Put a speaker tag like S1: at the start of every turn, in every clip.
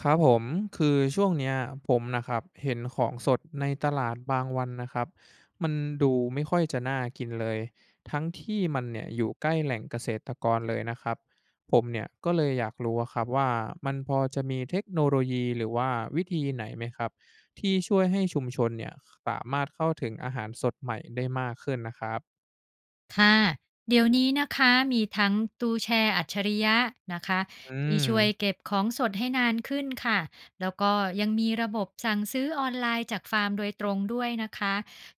S1: ครับผมคือช่วงเนี้ยผมนะครับเห็นของสดในตลาดบางวันนะครับมันดูไม่ค่อยจะน่ากินเลยทั้งที่มันเนี่ยอยู่ใกล้แหล่งเกษตรกรเลยนะครับผมเนี่ยก็เลยอยากรู้อะครับว่ามันพอจะมีเทคโนโลยีหรือว่าวิธีไหนไหมครับที่ช่วยให้ชุมชนเนี่ยสามารถเข้าถึงอาหารสดใหม่ได้มากขึ้นนะครับ
S2: ค่ะเดี๋ยวนี้นะคะมีทั้งตู้แช่อัจฉริยะนะคะ
S1: อื
S2: ที่
S1: ม
S2: ช่วยเก็บของสดให้นานขึ้นค่ะแล้วก็ยังมีระบบสั่งซื้อออนไลน์จากฟาร์มโดยตรงด้วยนะคะ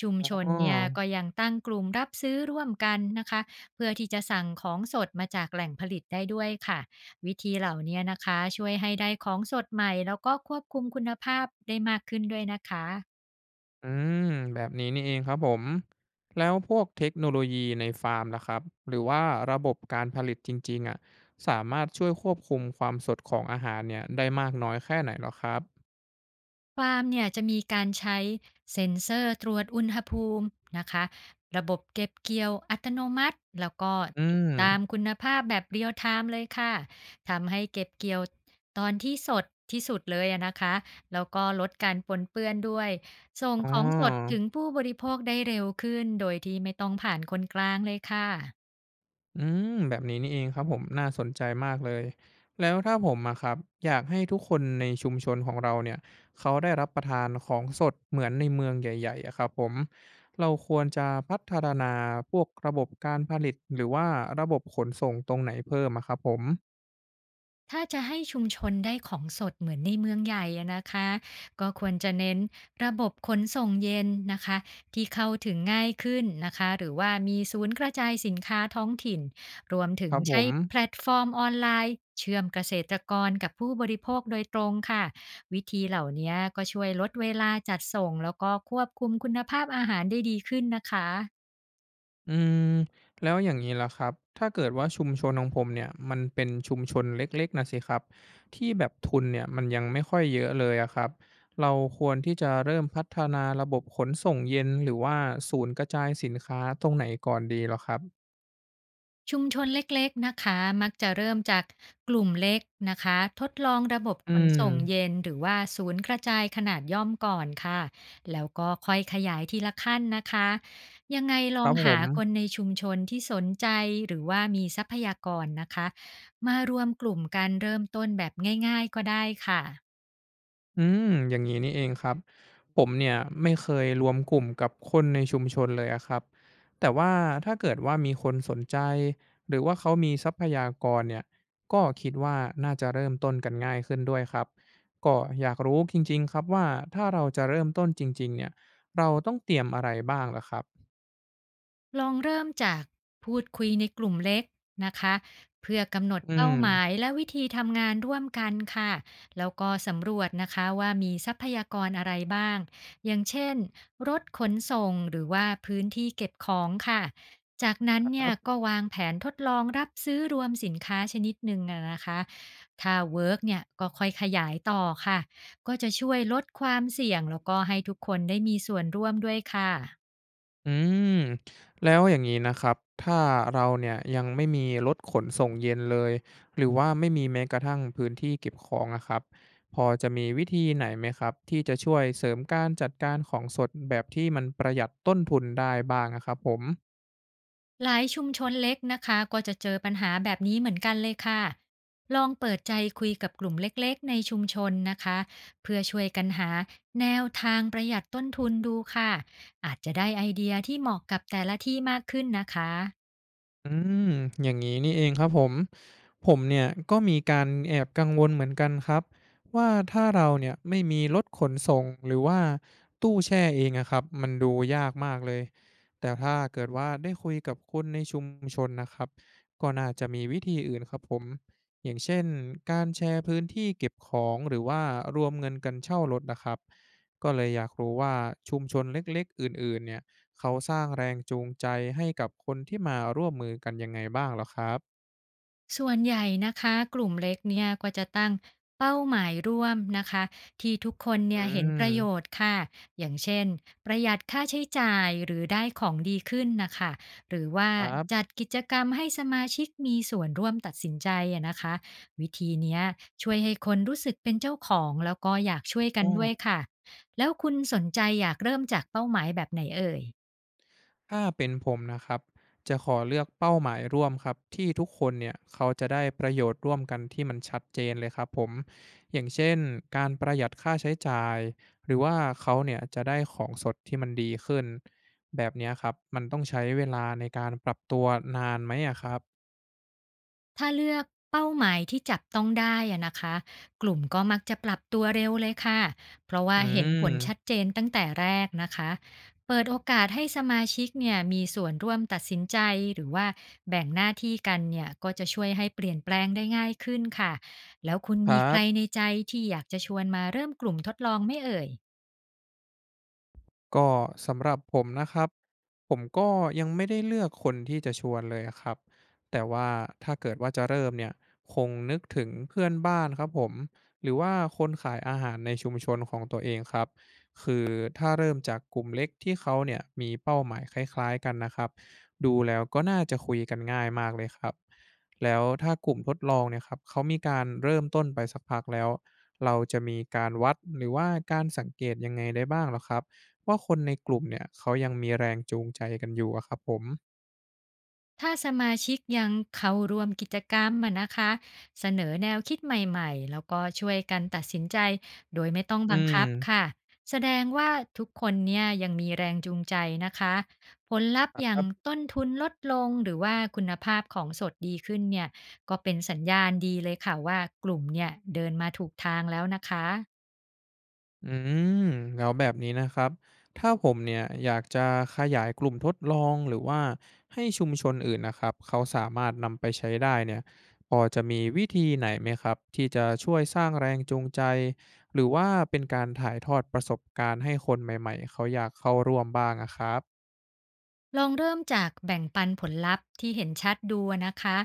S2: ชุมชน
S1: อ๋อ
S2: เนี่ยก็ยังตั้งกลุ่มรับซื้อร่วมกันนะคะเพื่อที่จะสั่งของสดมาจากแหล่งผลิตได้ด้วยค่ะวิธีเหล่านี้นะคะช่วยให้ได้ของสดใหม่แล้วก็ควบคุมคุณภาพได้มากขึ้นด้วยนะคะ
S1: อืมแบบนี้นี่เองครับผมแล้วพวกเทคโนโลยีในฟาร์มล่ะครับหรือว่าระบบการผลิตจริงๆอ่ะสามารถช่วยควบคุมความสดของอาหารเนี่ยได้มากน้อยแค่ไหนเหรอครับ
S2: ฟาร์มเนี่ยจะมีการใช้เซ็นเซอร์ตรวจอุณหภูมินะคะระบบเก็บเกี่ยวอัตโนมัติแล้วก็
S1: อื
S2: ติด
S1: ม
S2: ตามคุณภาพแบบเรียลไทม์เลยค่ะทำให้เก็บเกี่ยวตอนที่สดที่สุดเลยอะนะคะแล้วก็ลดการปนเปื้อนด้วยส่ง
S1: อ๋อ
S2: ของสดถึงผู้บริโภคได้เร็วขึ้นโดยที่ไม่ต้องผ่านคนกลางเลยค่ะ
S1: อืมแบบนี้นี่เองครับผมน่าสนใจมากเลยแล้วถ้าผมอะครับอยากให้ทุกคนในชุมชนของเราเนี่ยเขาได้รับประทานของสดเหมือนในเมืองใหญ่ๆอะครับผมเราควรจะพัฒนาพวกระบบการผลิตหรือว่าระบบขนส่งตรงไหนเพิ่มอะครับผม
S2: ถ้าจะให้ชุมชนได้ของสดเหมือนในเมืองใหญ่อะนะคะก็ควรจะเน้นระบบขนส่งเย็นนะคะที่เข้าถึงง่ายขึ้นนะคะหรือว่ามีศูนย์กระจายสินค้าท้องถิ่นรวมถึ
S1: ค
S2: ง
S1: รับผ
S2: ใช้
S1: ม
S2: แพลตฟอร์มออนไลน์เชื่อมเกษตรกรกับผู้บริโภคโดยตรงค่ะวิธีเหล่านี้ก็ช่วยลดเวลาจัดส่งแล้วก็ควบคุมคุณภาพอาหารได้ดีขึ้นนะคะ
S1: อืมแล้วอย่างนี้ล่ะครับถ้าเกิดว่าชุมชนของผมเนี่ยมันเป็นชุมชนเล็กๆนะสิครับที่แบบทุนเนี่ยมันยังไม่ค่อยเยอะเลยอะครับเราควรที่จะเริ่มพัฒนาระบบขนส่งเย็นหรือว่าศูนย์กระจายสินค้าตรงไหนก่อนดีเหรอครับ
S2: ชุมชนเล็กๆนะคะมักจะเริ่มจากกลุ่มเล็กนะคะทดลองระบบ
S1: อื
S2: ขน
S1: ม
S2: ส่งเย็นหรือว่าศูนย์กระจายขนาดย่อมก่อนค่ะแล้วก็ค่อยขยายทีละขั้นนะคะยังไงล
S1: ค
S2: อ
S1: รั
S2: ง
S1: บผ
S2: หา
S1: ม
S2: คนในชุมชนที่สนใจหรือว่ามีทรัพยากรนะคะมารวมกลุ่มการเริ่มต้นแบบง่ายๆก็ได้ค่ะ
S1: อืมอย่างนี้นี่เองครับผมเนี่ยไม่เคยรวมกลุ่มกับคนในชุมชนเลยอะครับแต่ว่าถ้าเกิดว่ามีคนสนใจหรือว่าเขามีทรัพยากรเนี่ยก็คิดว่าน่าจะเริ่มต้นกันง่ายขึ้นด้วยครับก็อยากรู้จริงๆครับว่าถ้าเราจะเริ่มต้นจริงๆเนี่ยเราต้องเตรียมอะไรบ้างล่ะครับ
S2: ลองเริ่มจากพูดคุยในกลุ่มเล็กนะคะเพื่อกำหนด
S1: อืม
S2: เป้าหมายและวิธีทำงานร่วมกันค่ะแล้วก็สำรวจนะคะว่ามีทรัพยากรอะไรบ้างอย่างเช่นรถขนส่งหรือว่าพื้นที่เก็บของค่ะจากนั้
S1: ค
S2: นเนี่ย
S1: รับ
S2: ก็วางแผนทดลองรับซื้อรวมสินค้าชนิดหนึ่งอะนะคะถ้าเวิร์กเนี่ยก็ค่อยขยายต่อค่ะก็จะช่วยลดความเสี่ยงแล้วก็ให้ทุกคนได้มีส่วนร่วมด้วยค่ะ
S1: อืมแล้วอย่างนี้นะครับถ้าเราเนี่ยยังไม่มีรถขนส่งเย็นเลยหรือว่าไม่มีแม้กระทั่งพื้นที่เก็บของอะครับพอจะมีวิธีไหนไหมครับที่จะช่วยเสริมการจัดการของสดแบบที่มันประหยัดต้นทุนได้บ้างอะครับผม
S2: หลายชุมชนเล็กนะคะก็จะเจอปัญหาแบบนี้เหมือนกันเลยค่ะลองเปิดใจคุยกับกลุ่มเล็กๆในชุมชนนะคะเพื่อช่วยกันหาแนวทางประหยัดต้นทุนดูค่ะอาจจะได้ไอเดียที่เหมาะกับแต่ละที่มากขึ้นนะคะ
S1: อืมอย่างนี้นี่เองครับผมผมเนี่ยก็มีการแอบกังวลเหมือนกันครับว่าถ้าเราเนี่ยไม่มีรถขนส่งหรือว่าตู้แช่เองอะครับมันดูยากมากเลยแต่ถ้าเกิดว่าได้คุยกับคนในชุมชนนะครับก็น่าจะมีวิธีอื่นครับผมอย่างเช่นการแชร์พื้นที่เก็บของหรือว่ารวมเงินกันเช่ารถนะครับก็เลยอยากรู้ว่าชุมชนเล็กๆอื่นๆเนี่ย เขาสร้างแรงจูงใจให้กับคนที่มาร่วมมือกันยังไงบ้างเหรอครับ
S2: ส่วนใหญ่นะคะกลุ่มเล็กเนี่ยก็จะตั้งเป้าหมายร่วมนะคะที่ทุกคน
S1: อื
S2: เนี่ยเห็น
S1: ม
S2: ประโยชน์ค่ะอย่างเช่นประหยัดค่าใช้จ่ายหรือได้ของดีขึ้นนะคะหรือว่า
S1: ครั
S2: จัด
S1: บ
S2: กิจกรรมให้สมาชิกมีส่วนร่วมตัดสินใจอะนะคะวิธีเนี้ยช่วยให้คนรู้สึกเป็นเจ้าของแล้วก็อยากช่วยกัน
S1: อ้อ
S2: ด้วยค่ะแล้วคุณสนใจอยากเริ่มจากเป้าหมายแบบไหนเอ่ย
S1: ถ้าเป็นผมนะครับจะขอเลือกเป้าหมายร่วมครับที่ทุกคนเนี่ยเขาจะได้ประโยชน์ร่วมกันที่มันชัดเจนเลยครับผมอย่างเช่นการประหยัดค่าใช้จ่ายหรือว่าเขาเนี่ยจะได้ของสดที่มันดีขึ้นแบบเนี้ยครับมันต้องใช้เวลาในการปรับตัวนานไหมอะครับ
S2: ถ้าเลือกเป้าหมายที่จับต้องได้อะนะคะกลุ่มก็มักจะปรับตัวเร็วเลยค่ะเพราะว่า
S1: อื
S2: เห็นผลชัด
S1: ม
S2: เจนตั้งแต่แรกนะคะเปิดโอกาสให้สมาชิกเนี่ยมีส่วนร่วมตัดสินใจหรือว่าแบ่งหน้าที่กันเนี่ยก็จะช่วยให้เปลี่ยนแปลงได้ง่ายขึ้นค่ะแล้วคุณ
S1: ค
S2: มี
S1: รั
S2: ใคร
S1: บ
S2: ในใจที่อยากจะชวนมาเริ่มกลุ่มทดลองไหม่เอ่ย
S1: ก็สำหรับผมนะครับ ผมก็ยังไม่ได้เลือกคนที่จะชวนเลยอะครับ แต่ว่าถ้าเกิดว่าจะเริ่มเนี่ยคงนึกถึงเพื่อนบ้านครับผม หรือว่าคนขายอาหารในชุมชนของตัวเองครับ คือถ้าเริ่มจากกลุ่มเล็กที่เขาเนี่ยมีเป้าหมายคล้ายๆกันนะครับ ดูแล้วก็น่าจะคุยกันง่ายมากเลยครับ แล้วถ้ากลุ่มทดลองเนี่ยครับเขามีการเริ่มต้นไปสักพักแล้วเราจะมีการวัดหรือว่าการสังเกตยังไงได้บ้างเหรอครับ ว่าคนในกลุ่มเนี่ยเขายังมีแรงจูงใจกันอยู่อะครับผม
S2: ถ้าสมาชิกยังเข้าร่วมกิจกรรมอะนะคะเสนอแนวคิดใหม่ๆแล้วก็ช่วยกันตัดสินใจโดยไม่ต้อง
S1: อื
S2: บัง
S1: ม
S2: คับค่ะแสดงว่าทุกคนเนี่ยยังมีแรงจูงใจนะคะผลลัพธ์อ
S1: ค
S2: ย่า
S1: รั
S2: ง
S1: บ
S2: ต้นทุนลดลงหรือว่าคุณภาพของสดดีขึ้นเนี่ยก็เป็นสัญญาณดีเลยค่ะว่ากลุ่มเนี่ยเดินมาถูกทางแล้วนะคะ
S1: อืมแล้วแบบนี้นะครับถ้าผมเนี่ยอยากจะขยายกลุ่มทดลองหรือว่าให้ชุมชนอื่นนะครับเขาสามารถนำไปใช้ได้เนี่ยพอจะมีวิธีไหนไหมครับที่จะช่วยสร้างแรงจูงใจหรือว่าเป็นการถ่ายทอดประสบการณ์ให้คนใหม่ๆเขาอยากเข้าร่วมบ้างอะครับ
S2: ลองเริ่มจากแบ่งปันผลลัพธ์ที่เห็นชัดดูนะคะ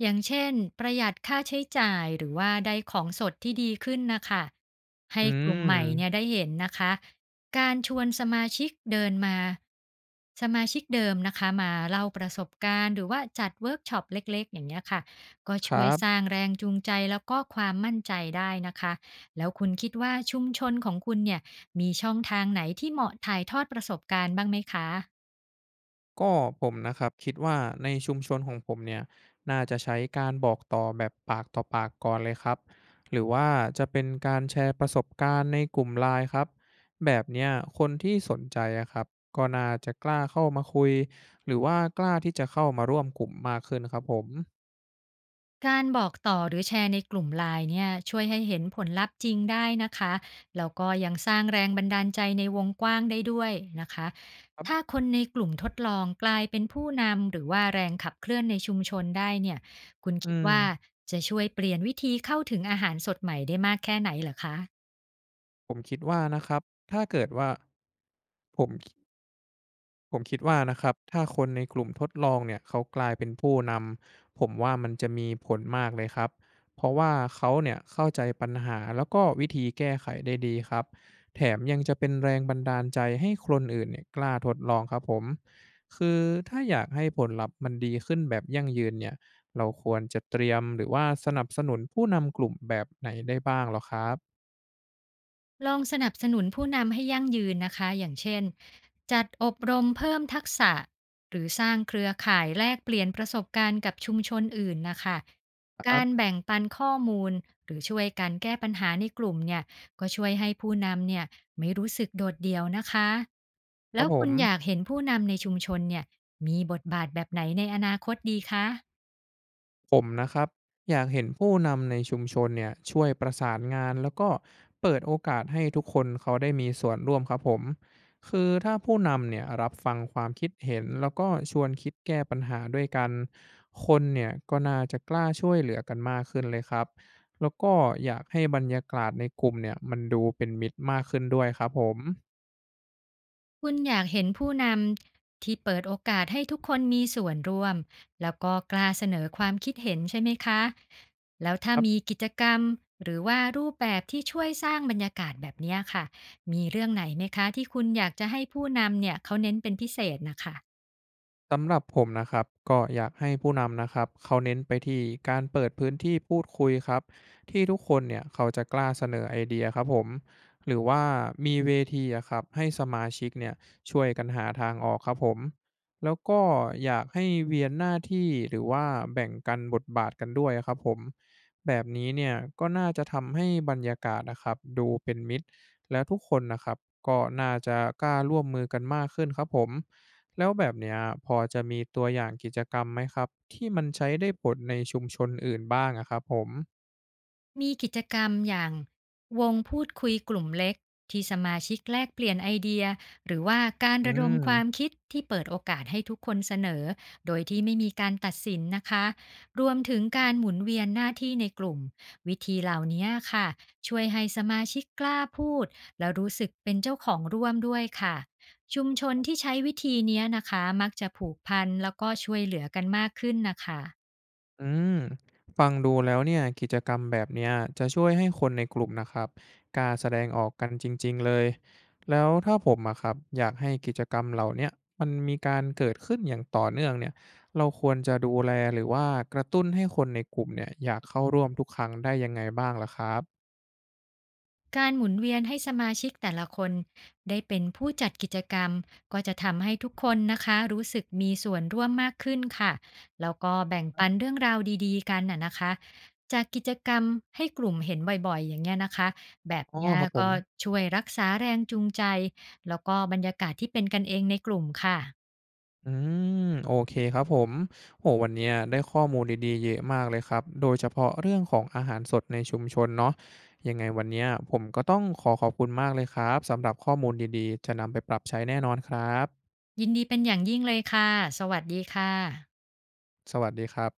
S2: อย่างเช่นประหยัดค่าใช้จ่ายหรือว่าได้ของสดที่ดีขึ้นนะคะให้
S1: อื
S2: กลุ่มใหม่เนี่ย
S1: ม
S2: ได้เห็นนะคะการชวนสมาชิกเดินมาสมาชิกเดิมนะคะมาเล่าประสบการณ์หรือว่าจัดเวิร์กช็อปเล็กๆอย่างเงี้ยค่ะก็
S1: ค
S2: ช่ว
S1: รั
S2: ย
S1: บ
S2: สร้างแรงจูงใจแล้วก็ความมั่นใจได้นะคะแล้วคุณคิดว่าชุมชนของคุณเนี่ยมีช่องทางไหนที่เหมาะถ่ายทอดประสบการณ์บ้างไหมคะ
S1: ก็ผมนะครับคิดว่าในชุมชนของผมเนี่ยน่าจะใช้การบอกต่อแบบปากต่อปากก่อนเลยครับหรือว่าจะเป็นการแชร์ประสบการณ์ในกลุ่มไลน์ครับแบบเนี้ยคนที่สนใจอะครับก็น่าจะกล้าเข้ามาคุยหรือว่ากล้าที่จะเข้ามาร่วมกลุ่มมากขึ้นครับผม
S2: การบอกต่อหรือแชร์ในกลุ่มไลน์เนี่ยช่วยให้เห็นผลลัพธ์จริงได้นะคะแล้วก็ยังสร้างแรงบันดาลใจในวงกว้างได้ด้วยนะคะ
S1: ครั
S2: ถ้า
S1: บ
S2: คนในกลุ่มทดลองกลายเป็นผู้นำหรือว่าแรงขับเคลื่อนในชุมชนได้เนี่ยคุณคิ
S1: อื
S2: ด
S1: ม
S2: ว่าจะช่วยเปลี่ยนวิธีเข้าถึงอาหารสดใหม่ได้มากแค่ไหนเหรอคะ
S1: ผมคิดว่านะครับถ้าเกิดว่าผม ผมคิดว่านะครับถ้าคนในกลุ่มทดลองเนี่ยเขากลายเป็นผู้นำผมว่ามันจะมีผลมากเลยครับเพราะว่าเขาเนี่ยเข้าใจปัญหาแล้วก็วิธีแก้ไขได้ดีครับแถมยังจะเป็นแรงบันดาลใจให้คนอื่นเนี่ยกล้าทดลองครับผมคือถ้าอยากให้ผลลัพธ์มันดีขึ้นแบบยั่งยืนเนี่ยเราควรจะเตรียมหรือว่าสนับสนุนผู้นำกลุ่มแบบไหนได้บ้างเหรอครับ
S2: ลองสนับสนุนผู้นำให้ยั่งยืนนะคะอย่างเช่นจัดอบรมเพิ่มทักษะหรือสร้างเครือข่ายแลกเปลี่ยนประสบการณ์กับชุมชนอื่นนะคะ
S1: ครั
S2: การ
S1: บ
S2: แบ่งปันข้อมูลหรือช่วยกันแก้ปัญหาในกลุ่มเนี่ยก็ช่วยให้ผู้นำเนี่ยไม่รู้สึกโดดเดี่ยวนะคะ
S1: ค
S2: แล้
S1: รับ
S2: ว
S1: ผ
S2: คุ
S1: ม
S2: ณอยากเห็นผู้นำในชุมชนเนี่ยมีบทบาทแบบไหนในอนาคตดีคะ
S1: ผมนะครับอยากเห็นผู้นำในชุมชนเนี่ยช่วยประสานงานแล้วก็เปิดโอกาสให้ทุกคนเขาได้มีส่วนร่วมครับผมคือถ้าผู้นำเนี่ยรับฟังความคิดเห็นแล้วก็ชวนคิดแก้ปัญหาด้วยกันคนเนี่ยก็น่าจะกล้าช่วยเหลือกันมากขึ้นเลยครับแล้วก็อยากให้บรรยากาศในกลุ่มเนี่ยมันดูเป็นมิตรมากขึ้นด้วยครับผม
S2: คุณอยากเห็นผู้นำที่เปิดโอกาสให้ทุกคนมีส่วนร่วมแล้วก็กล้าเสนอความคิดเห็นใช่ไหมคะแล้วถ้ามีกิจกรรมหรือว่ารูปแบบที่ช่วยสร้างบรรยากาศแบบเนี้ยค่ะมีเรื่องไหนไหมคะที่คุณอยากจะให้ผู้นำเนี่ยเขาเน้นเป็นพิเศษนะคะ
S1: สำหรับผมนะครับก็อยากให้ผู้นำนะครับเขาเน้นไปที่การเปิดพื้นที่พูดคุยครับที่ทุกคนเนี่ยเขาจะกล้าเสนอไอเดียครับผมหรือว่ามีเวทีอะครับให้สมาชิกเนี่ยช่วยกันหาทางออกครับผมแล้วก็อยากให้เวียนหน้าที่หรือว่าแบ่งกันบทบาทกันด้วยครับผมแบบนี้เนี่ยก็น่าจะทำให้บรรยากาศนะครับดูเป็นมิตรและทุกคนนะครับก็น่าจะกล้าร่วมมือกันมากขึ้นครับผม แล้วแบบเนี้ยพอจะมีตัวอย่างกิจกรรมไหมครับที่มันใช้ได้ผลในชุมชนอื่นบ้างอะครับผม
S2: มีกิจกรรมอย่างวงพูดคุยกลุ่มเล็กที่สมาชิกแลกเปลี่ยนไอเดียหรือว่าการ
S1: อื
S2: ระดม
S1: ม
S2: ความคิดที่เปิดโอกาสให้ทุกคนเสนอโดยที่ไม่มีการตัดสินนะคะรวมถึงการหมุนเวียนหน้าที่ในกลุ่มวิธีเหล่านี้ค่ะช่วยให้สมาชิกกล้าพูดและรู้สึกเป็นเจ้าของร่วมด้วยค่ะชุมชนที่ใช้วิธีเนี้ยนะคะมักจะผูกพันแล้วก็ช่วยเหลือกันมากขึ้นนะคะ
S1: อืมฟังดูแล้วเนี่ยกิจกรรมแบบเนี้ยจะช่วยให้คนในกลุ่มนะครับกล้าแสดงออกกันจริงๆเลยแล้วถ้าผมอะครับอยากให้กิจกรรมเหล่าเนี้ยมันมีการเกิดขึ้นอย่างต่อเนื่องเนี่ยเราควรจะดูแลหรือว่ากระตุ้นให้คนในกลุ่มเนี่ยอยากเข้าร่วมทุกครั้งได้ยังไงบ้างล่ะครับ
S2: การหมุนเวียนให้สมาชิกแต่ละคนได้เป็นผู้จัดกิจกรรมก็จะทำให้ทุกคนนะคะรู้สึกมีส่วนร่วมมากขึ้นค่ะแล้วก็แบ่งปันเรื่องราวดีๆกันน่ะนะคะจากกิจกรรมให้กลุ่มเห็นบ่อยๆอย่างเงี้ยนะคะแบบ
S1: อ๋อ
S2: เนี้ย
S1: ครับผ
S2: ก็
S1: ม
S2: ช่วยรักษาแรงจูงใจแล้วก็บรรยากาศที่เป็นกันเองในกลุ่มค่ะ
S1: อืมโอเคครับผมโอ้วันเนี้ยได้ข้อมูลดีๆเยอะมากเลยครับโดยเฉพาะเรื่องของอาหารสดในชุมชนเนาะยังไงวันเนี้ยผมก็ต้องขอขอบคุณมากเลยครับสำหรับข้อมูลดีๆจะนำไปปรับใช้แน่นอนครับ
S2: ยินดีเป็นอย่างยิ่งเลยค่ะสวัสดีค่ะ
S1: สวัสดีครับ